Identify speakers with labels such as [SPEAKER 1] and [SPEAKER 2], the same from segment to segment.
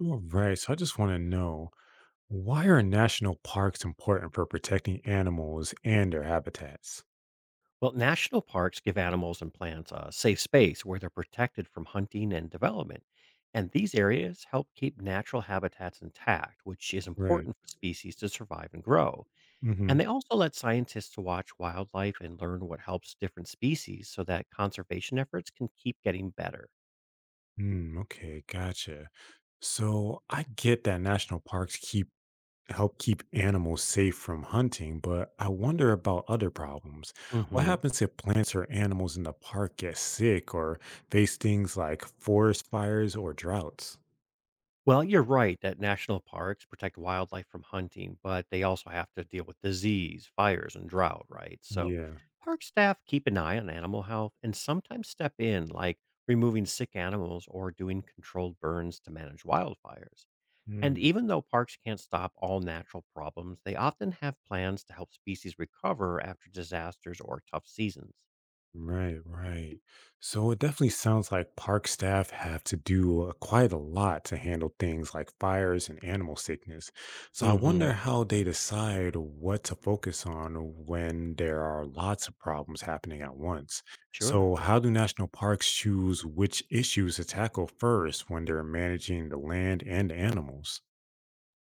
[SPEAKER 1] All right. So I just want to know why are national parks important for protecting animals and their habitats?
[SPEAKER 2] Well, national parks give animals and plants a safe space where they're protected from hunting and development. And these areas help keep natural habitats intact, which is
[SPEAKER 1] Right.
[SPEAKER 2] important for species to survive and grow.
[SPEAKER 1] Mm-hmm.
[SPEAKER 2] And they also let scientists watch wildlife and learn what helps different species so that conservation efforts can keep getting better.
[SPEAKER 1] Mm, okay. Gotcha. So I get that national parks keep help keep animals safe from hunting, but I wonder about other problems. What
[SPEAKER 2] Hmm.
[SPEAKER 1] happens if plants or animals in the park get sick or face things like forest fires or droughts?
[SPEAKER 2] Well, you're right that national parks protect wildlife from hunting, but they also have to deal with disease, fires, and drought, right? So,
[SPEAKER 1] Yeah.
[SPEAKER 2] park staff keep an eye on animal health and sometimes step in, like removing sick animals or doing controlled burns to manage wildfires. And even though parks can't stop all natural problems, they often have plans to help species recover after disasters or tough seasons.
[SPEAKER 1] Right, right. So it definitely sounds like park staff have to do quite a lot to handle things like fires and animal sickness. So I
[SPEAKER 2] Hmm.
[SPEAKER 1] wonder how they decide what to focus on when there are lots of problems happening at once.
[SPEAKER 2] Sure.
[SPEAKER 1] So, how do national parks choose which issues to tackle first when they're managing the land and animals?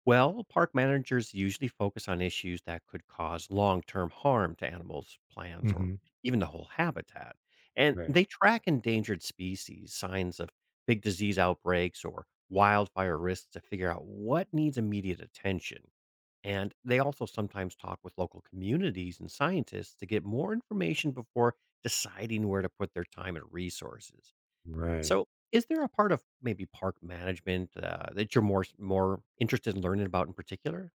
[SPEAKER 2] Well, park managers usually focus on issues that could cause long term harm to animals, plants, or
[SPEAKER 1] Hmm.
[SPEAKER 2] even the whole habitat. And
[SPEAKER 1] Right,
[SPEAKER 2] they track endangered species, signs of big disease outbreaks, or wildfire risks to figure out what needs immediate attention. And they also sometimes talk with local communities and scientists to get more information before deciding where to put their time and resources.
[SPEAKER 1] right.
[SPEAKER 2] So, is there a part of maybe park management that you're more interested in learning about in particular?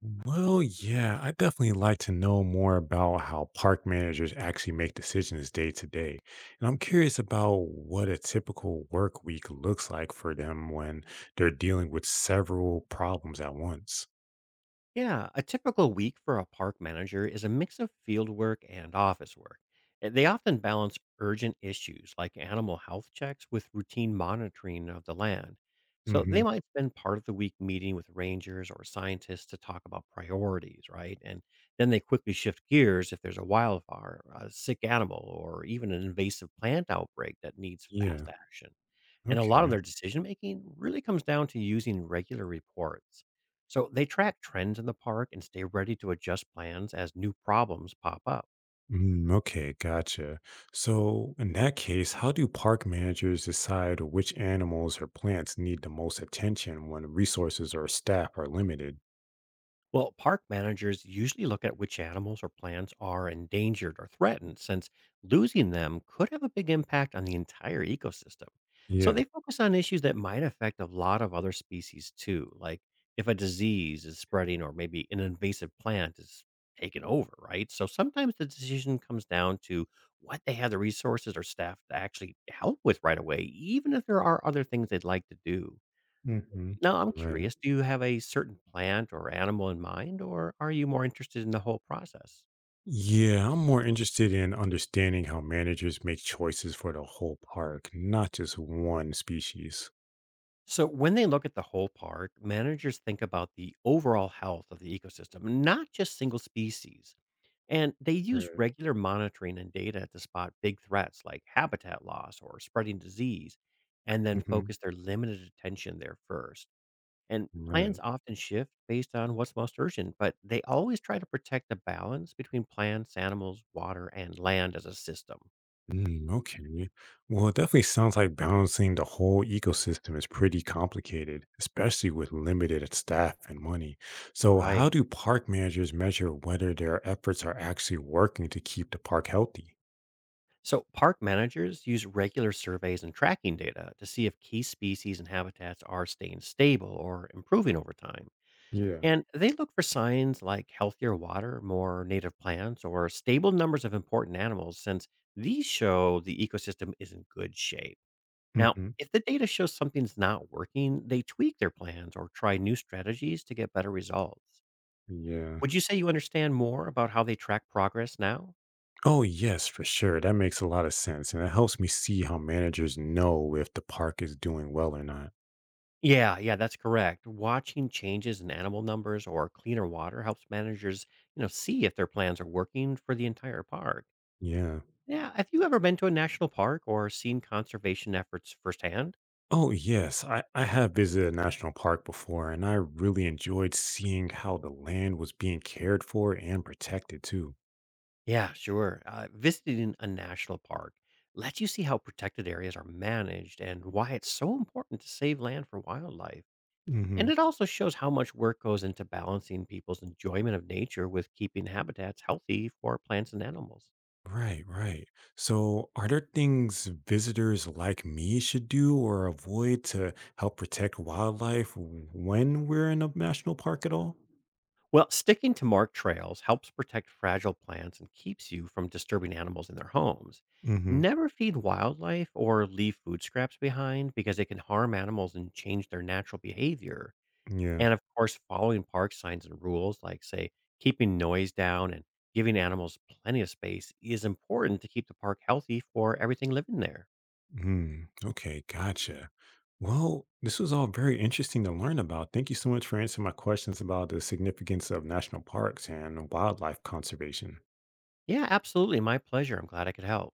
[SPEAKER 1] Well, yeah, I'd definitely like to know more about how park managers actually make decisions day to day. And I'm curious about what a typical work week looks like for them when they're dealing with several problems at once.
[SPEAKER 2] Yeah, a typical week for a park manager is a mix of field work and office work. They often balance urgent issues like animal health checks with routine monitoring of the land. So they
[SPEAKER 1] Hmm.
[SPEAKER 2] might spend part of the week meeting with rangers or scientists to talk about priorities, right? And then they quickly shift gears if there's a wildfire, a sick animal, or even an invasive plant outbreak that needs fast
[SPEAKER 1] Yeah.
[SPEAKER 2] action. And a lot of
[SPEAKER 1] Okay.
[SPEAKER 2] their decision making really comes down to using regular reports. So they track trends in the park and stay ready to adjust plans as new problems pop up.
[SPEAKER 1] Mm, okay. Gotcha. So, in that case, how do park managers decide which animals or plants need the most attention when resources or staff are limited?
[SPEAKER 2] Well, park managers usually look at which animals or plants are endangered or threatened, since losing them could have a big impact on the entire ecosystem. So
[SPEAKER 1] Yeah.
[SPEAKER 2] they focus on issues that might affect a lot of other species too, like if a disease is spreading or maybe an invasive plant is taken over, right? So sometimes the decision comes down to what they have the resources or staff to actually help with right away, even if there are other things they'd like to do.
[SPEAKER 1] Hmm.
[SPEAKER 2] Now, I'm
[SPEAKER 1] Right.
[SPEAKER 2] curious, do you have a certain plant or animal in mind, or are you more interested in the whole process?
[SPEAKER 1] Yeah, I'm more interested in understanding how managers make choices for the whole park, not just one species.
[SPEAKER 2] So, when they look at the whole park, managers think about the overall health of the ecosystem, not just single species. And they use
[SPEAKER 1] Right.
[SPEAKER 2] regular monitoring and data to spot big threats like habitat loss or spreading disease, and then
[SPEAKER 1] Hmm.
[SPEAKER 2] focus their limited attention there first. And plans
[SPEAKER 1] Right.
[SPEAKER 2] often shift based on what's most urgent, but they always try to protect the balance between plants, animals, water, and land as a system.
[SPEAKER 1] Mm, okay. Well, it definitely sounds like balancing the whole ecosystem is pretty complicated, especially with limited staff and money. So,
[SPEAKER 2] Right.
[SPEAKER 1] how do park managers measure whether their efforts are actually working to keep the park healthy?
[SPEAKER 2] So, park managers use regular surveys and tracking data to see if key species and habitats are staying stable or improving over time.
[SPEAKER 1] Yeah.
[SPEAKER 2] And they look for signs like healthier water, more native plants, or stable numbers of important animals, since these show the ecosystem is in good shape. Now,
[SPEAKER 1] Hmm.
[SPEAKER 2] if the data shows something's not working, they tweak their plans or try new strategies to get better results.
[SPEAKER 1] Yeah.
[SPEAKER 2] Would you say you understand more about how they track progress now?
[SPEAKER 1] Oh, yes, for sure. That makes a lot of sense. And it helps me see how managers know if the park is doing well or not.
[SPEAKER 2] Yeah, yeah, that's correct. Watching changes in animal numbers or cleaner water helps managers, see if their plans are working for the entire park.
[SPEAKER 1] Yeah.
[SPEAKER 2] Yeah, have you ever been to a national park or seen conservation efforts firsthand?
[SPEAKER 1] Oh, yes. I have visited a national park before, and I really enjoyed seeing how the land was being cared for and protected, too.
[SPEAKER 2] Yeah, sure. Visiting a national park lets you see how protected areas are managed and why it's so important to save land for wildlife.
[SPEAKER 1] Hmm.
[SPEAKER 2] And it also shows how much work goes into balancing people's enjoyment of nature with keeping habitats healthy for plants and animals.
[SPEAKER 1] Right, right. So, are there things visitors like me should do or avoid to help protect wildlife when we're in a national park at all?
[SPEAKER 2] Well, sticking to marked trails helps protect fragile plants and keeps you from disturbing animals in their homes.
[SPEAKER 1] Hmm.
[SPEAKER 2] Never feed wildlife or leave food scraps behind because it can harm animals and change their natural behavior.
[SPEAKER 1] Yeah.
[SPEAKER 2] And, of course, following park signs and rules, like, say, keeping noise down and giving animals plenty of space is important to keep the park healthy for everything living there.
[SPEAKER 1] Hmm. Okay. Gotcha. Well, this was all very interesting to learn about. Thank you so much for answering my questions about the significance of national parks and wildlife conservation.
[SPEAKER 2] Yeah, absolutely. My pleasure. I'm glad I could help.